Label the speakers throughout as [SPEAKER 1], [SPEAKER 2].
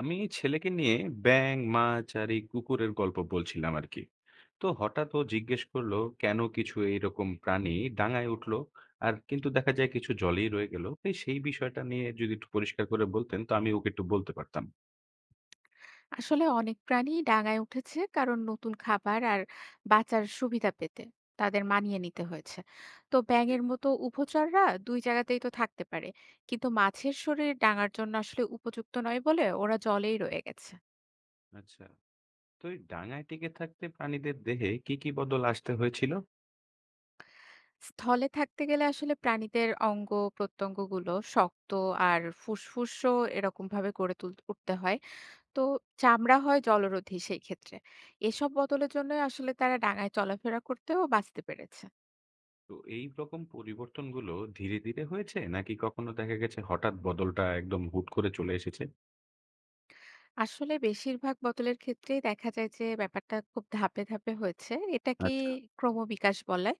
[SPEAKER 1] আমি ছেলেকে নিয়ে ব্যাঙ, মাছ আর এই কুকুরের গল্প বলছিলাম আর কি। তো হঠাৎ ও জিজ্ঞেস করলো, কেন কিছু এইরকম প্রাণী ডাঙায় উঠলো আর কিন্তু দেখা যায় কিছু জলেই রয়ে গেল। তাই সেই বিষয়টা নিয়ে যদি একটু পরিষ্কার করে বলতেন তো আমি ওকে একটু বলতে পারতাম।
[SPEAKER 2] আসলে অনেক প্রাণী ডাঙায় উঠেছে কারণ নতুন খাবার আর বাঁচার সুবিধা পেতে তাদের মানিয়ে নিতে হয়েছে। তো
[SPEAKER 1] জি।
[SPEAKER 2] ব্যাঙের মতো উভচররা দুই জায়গাতেই তো থাকতে পারে, কিন্তু মাছের শরীর ডাঙার জন্য আসলে উপযুক্ত নয় বলে ওরা জলেই রয়ে গেছে।
[SPEAKER 1] আচ্ছা। তো এই ডাঙায় টিকে থাকতে প্রাণীদের দেহে কি কি বদল আসতে হয়েছিল?
[SPEAKER 2] স্থলে থাকতে গেলে আসলে প্রাণীদের অঙ্গ প্রত্যঙ্গগুলো শক্ত আর ফুসফুসও এরকম ভাবে গড়ে তুলতে উঠতে হয়। তো চামড়া হয় জলরোধী সেই ক্ষেত্রে। এসব বদলের জন্য আসলে তারা ডাঙায় চলাফেরা করতেও বাঁচতে পেরেছে।
[SPEAKER 1] তো এই রকম পরিবর্তনগুলো ধীরে ধীরে হয়েছে নাকি কখনো দেখা গেছে হঠাৎ বদলটা একদম হুট করে চলে এসেছে?
[SPEAKER 2] আসলে বেশিরভাগ বদলের ক্ষেত্রেই দেখা যায় যে ব্যাপারটা খুব ধাপে, ধাপে হয়েছে। এটাকেই
[SPEAKER 1] আচ্ছা।
[SPEAKER 2] ক্রমবিকাশ বলে।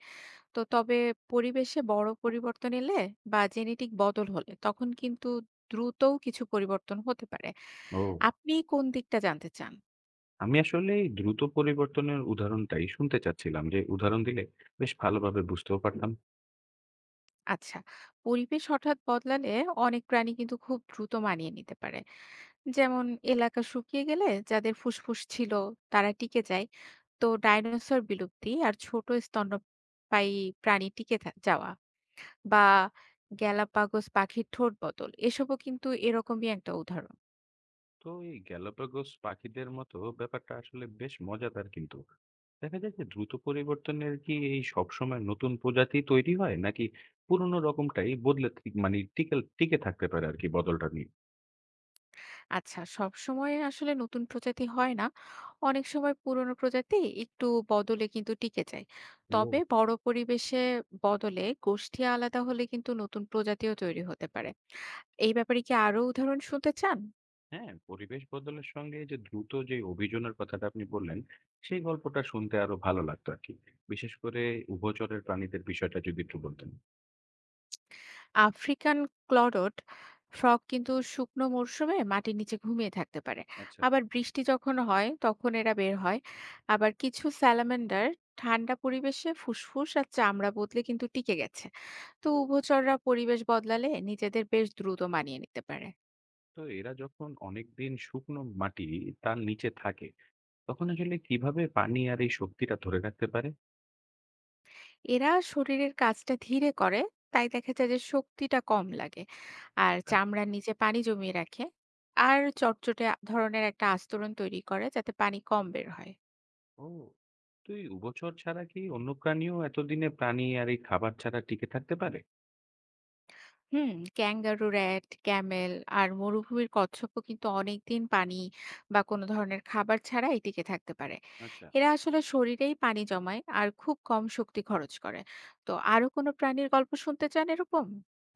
[SPEAKER 2] তো তবে পরিবেশে বড় পরিবর্তন এলে বা জেনেটিক বদল হলে তখন কিন্তু দ্রুতও কিছু পরিবর্তন হতে পারে।
[SPEAKER 1] ও,
[SPEAKER 2] আপনি কোন দিকটা জানতে চান?
[SPEAKER 1] আমি আসলে এই দ্রুত পরিবর্তনের উদাহরণটাই শুনতে চাচ্ছিলাম। যে উদাহরণ দিলে বেশ ভালোভাবে বুঝতেও পারতাম।
[SPEAKER 2] আচ্ছা, পরিবেশ হঠাৎ বদলালে অনেক প্রাণী কিন্তু খুব দ্রুত মানিয়ে নিতে পারে। যেমন এলাকা শুকিয়ে গেলে যাদের ফুসফুস ছিল তারা টিকে যায়। তো ডাইনোসর বিলুপ্তি আর ছোট স্তন্যপায়ী প্রাণী যাওয়া বা গ্যালাপাগোস পাখির ঠোঁট বদল এসবও কিন্তু এরকমই একটা উদাহরণ।
[SPEAKER 1] তো এই গ্যালাপাগোস পাখিদের মতো ব্যাপারটা আসলে বেশ মজাদার, কিন্তু দেখা যায় যে দ্রুত পরিবর্তনের কি এই সবসময় নতুন প্রজাতি তৈরি হয় নাকি পুরনো রকমটাই বদলে মানে টিকে টিকে থাকতে পারে আর কি বদলটা নিয়ে।
[SPEAKER 2] আচ্ছা, সব সময় আসলে নতুন প্রজাতি হয় না। অনেক সময় পুরনো প্রজাতি একটু বদলে কিন্তু টিকে যায়। তবে
[SPEAKER 1] ও,
[SPEAKER 2] বড় পরিবেশে বদলে গোষ্ঠী আলাদা হলে কিন্তু নতুন প্রজাতিও তৈরি হতে পারে। এই ব্যাপারে কি আরো উদাহরণ শুনতে চান?
[SPEAKER 1] হ্যাঁ, পরিবেশ বদলের সঙ্গে এই যে দ্রুত যে অভিযোজনের কথাটা আপনি বললেন, সেই গল্পটা শুনতে আরো ভালো লাগতো আর কি। বিশেষ করে উভচরের প্রাণীদের বিষয়টা যদি একটু বলতেন।
[SPEAKER 2] আফ্রিকান ক্লডড ফ্রগ কিন্তু শুকনো মরশুমে মাটির নিচে ঘুমিয়ে থাকতে পারে।
[SPEAKER 1] আচ্ছা।
[SPEAKER 2] আবার বৃষ্টি যখন হয় তখন এরা বের হয়। আবার কিছু স্যালামেন্ডার ঠান্ডা পরিবেশে ফুসফুস আর চামড়া বদলে কিন্তু টিকে গেছে। তো
[SPEAKER 1] তো
[SPEAKER 2] উভচররা পরিবেশ বদলালে নিজেদের বেশ দ্রুত মানিয়ে নিতে পারে।
[SPEAKER 1] এরা যখন অনেকদিন শুকনো মাটি, তার নিচে থাকে, তখন আসলে কিভাবে পানি আর এই শক্তিটা ধরে রাখতে পারে?
[SPEAKER 2] এরা শরীরের কাজটা ধীরে করে, তাই দেখা যায় যে শক্তিটা কম লাগে আর
[SPEAKER 1] হ্যাঁ।
[SPEAKER 2] চামড়ার নিচে পানি জমিয়ে রাখে। আর চটচটে ধরনের একটা আস্তরণ তৈরি করে যাতে পানি কম বের হয়।
[SPEAKER 1] ও, তো এই উভচর ছাড়া কি অন্য প্রাণীও এতদিনে প্রাণী আর এই খাবার ছাড়া টিকে থাকতে পারে?
[SPEAKER 2] হুম, ক্যাঙ্গারু র‍্যাট, ক্যামেল আর মরুভূমির কচ্ছপও কিন্তু অনেকদিন পানি বা কোনো ধরনের খাবার ছাড়াই টিকে থাকতে পারে।
[SPEAKER 1] আচ্ছা।
[SPEAKER 2] এরা আসলে শরীরেই পানি জমায় আর খুব কম শক্তি খরচ করে। তো আরো কোনো প্রাণীর গল্প শুনতে চান এরকম?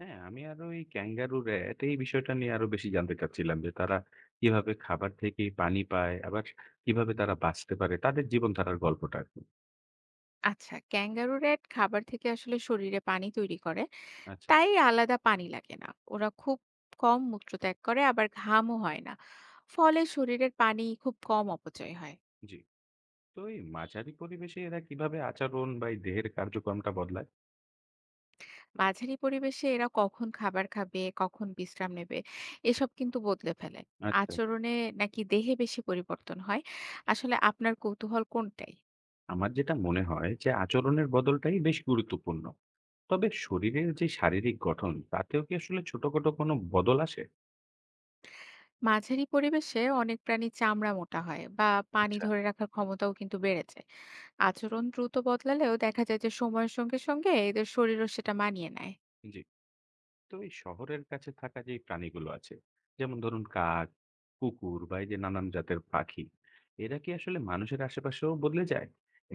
[SPEAKER 1] হ্যাঁ, আমি আরো এই ক্যাঙ্গারু র্যাট এই বিষয়টা নিয়ে আরো বেশি জানতে চাচ্ছিলাম। যে তারা কিভাবে খাবার থেকে পানি পায়, আবার কিভাবে তারা বাঁচতে পারে, তাদের জীবনধারার গল্পটা আর কি।
[SPEAKER 2] আচ্ছা, ক্যাঙ্গারু র‍্যাট খাবার থেকে আসলে শরীরে পানি তৈরি করে,
[SPEAKER 1] আচ্ছা।
[SPEAKER 2] তাই আলাদা পানি লাগে না। ওরা খুব কম মূত্রত্যাগ করে আবার ঘামও হয় না। ফলে শরীরের পানি খুব কম অপচয় হয়।
[SPEAKER 1] জি। তো এই মাঝারি পরিবেশে এরা কিভাবে আচরণ বা এই দেহের কার্যক্রমটা বদলায়?
[SPEAKER 2] মাঝারি পরিবেশে এরা কখন খাবার খাবে, কখন বিশ্রাম নেবে এসব কিন্তু বদলে ফেলে।
[SPEAKER 1] আচ্ছা।
[SPEAKER 2] আচরণে নাকি দেহে বেশি পরিবর্তন হয়? আসলে আপনার কৌতূহল কোনটাই?
[SPEAKER 1] আমার যেটা মনে হয় যে আচরণের বদলটাই বেশ গুরুত্বপূর্ণ, তবে শরীরের যে শারীরিক গঠন তাতেও কি আসলে ছোটখাটো কোনো বদল আসে?
[SPEAKER 2] মাঝারি পরিবেশে অনেক প্রাণী চামড়া মোটা হয় বা পানি
[SPEAKER 1] আচ্ছা।
[SPEAKER 2] ধরে রাখার ক্ষমতাও কিন্তু বেড়ে যায়। আচরণ দ্রুত বদলালেও দেখা যায় যে সময়ের সঙ্গে সঙ্গে এদের শরীরও সেটা মানিয়ে নেয়।
[SPEAKER 1] জি। তো এই শহরের কাছে থাকা যে প্রাণীগুলো আছে, যেমন ধরুন কাক, কুকুর বা এই যে নানান জাতের পাখি, এরা কি আসলে মানুষের আশেপাশেও বদলে যায়?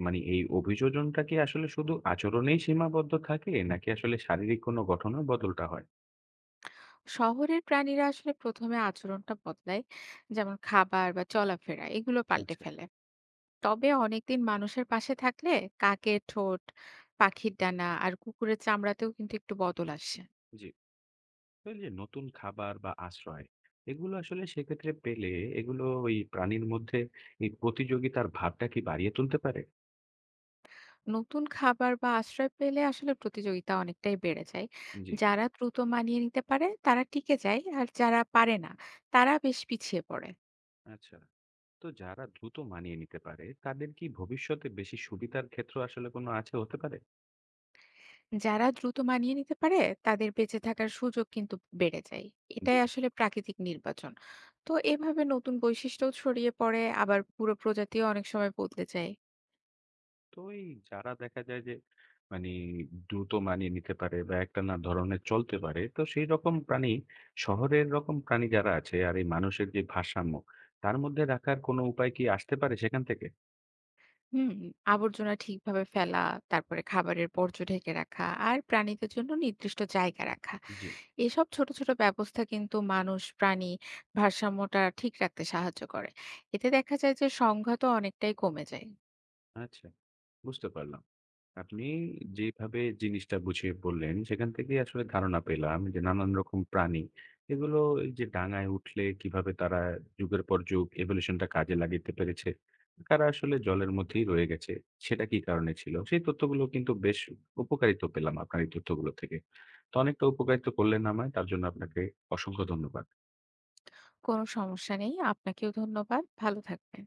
[SPEAKER 1] মানে এই অভিযোজনটা কি আসলে শুধু আচরণেই সীমাবদ্ধ থাকে নাকি আসলে শারীরিক কোনো গঠনের বদলটা হয়?
[SPEAKER 2] শহরের প্রাণীরা আসলে প্রথমে আচরণটা বদলায়, যেমন খাবার বা চলাফেরা এগুলো পাল্টে
[SPEAKER 1] আচ্ছা।
[SPEAKER 2] ফেলে। তবে অনেকদিন মানুষের পাশে থাকলে কাকের ঠোঁট, পাখির ডানা আর কুকুরের চামড়াতেও কিন্তু একটু বদল আসে।
[SPEAKER 1] জি। আসলে যে নতুন খাবার বা আশ্রয়, এগুলো আসলে সেক্ষেত্রে পেলে, এগুলো ওই প্রাণীর মধ্যে এই প্রতিযোগিতার ভাবটা কি বাড়িয়ে তুলতে পারে?
[SPEAKER 2] নতুন খাবার বা আশ্রয় পেলে আসলে প্রতিযোগিতা অনেকটাই বেড়ে যায়।
[SPEAKER 1] জি।
[SPEAKER 2] যারা দ্রুত মানিয়ে নিতে পারে তারা টিকে যায় আর যারা পারে না তারা বেশ পিছিয়ে পড়ে।
[SPEAKER 1] আচ্ছা। তো যারা দ্রুত মানিয়ে নিতে পারে তাদের কি ভবিষ্যতে বেশি সুবিধার ক্ষেত্র আসলে কোনো আছে হতে পারে?
[SPEAKER 2] যারা দ্রুত মানিয়ে নিতে পারে তাদের বেঁচে থাকার সুযোগ কিন্তু বেড়ে যায়।
[SPEAKER 1] জি।
[SPEAKER 2] এটাই আসলে প্রাকৃতিক নির্বাচন। তো এভাবে নতুন বৈশিষ্ট্যও ছড়িয়ে পড়ে আবার পুরো প্রজাতিও অনেক সময় বদলে যায়।
[SPEAKER 1] তো এই যারা দেখা যায় যে, মানে, দ্রুত মানিয়ে নিতে পারে বা একটা না ধরনের চলতে পারে, তো সেই রকম প্রাণী, শহরের রকম প্রাণী যারা আছে আর এই মানুষের যে ভারসাম্য, তার মধ্যে রাখার কোনো উপায় কি আসতে পারে সেখান থেকে?
[SPEAKER 2] হুম, আবর্জনা ঠিকভাবে ফেলা, তারপরে খাবারের বর্জ্য ঢেকে রাখা আর প্রাণীদের জন্য নির্দিষ্ট জায়গা রাখা।
[SPEAKER 1] জি।
[SPEAKER 2] এসব ছোট ছোট ব্যবস্থা কিন্তু মানুষ প্রাণী ভারসাম্যটা ঠিক রাখতে সাহায্য করে। এতে দেখা যায় যে সংঘাতও অনেকটাই কমে যায়।
[SPEAKER 1] আচ্ছা, বুঝতে পারলাম। আপনি যেভাবে জিনিসটা বুঝিয়ে বললেন, সেখান থেকেই আসলে ধারণা পেলাম যে নানান রকম প্রাণী, এগুলো এই যে ডাঙায় উঠলে কিভাবে তারা যুগের পর যুগ evolution টা কাজে লাগাতে পেরেছে। তারা আসলে জলের মধ্যেই রয়ে গেছে। সেটা কি কারণে ছিল? সেই তথ্যগুলো কিন্তু বেশ উপকারিত পেলাম আপনার এই তথ্যগুলো থেকে। তো অনেকটা উপকারিত করলেন আমায়। তার জন্য আপনাকে অসংখ্য ধন্যবাদ।
[SPEAKER 2] কোনো সমস্যা নেই। আপনাকেও ধন্যবাদ। ভালো থাকবেন।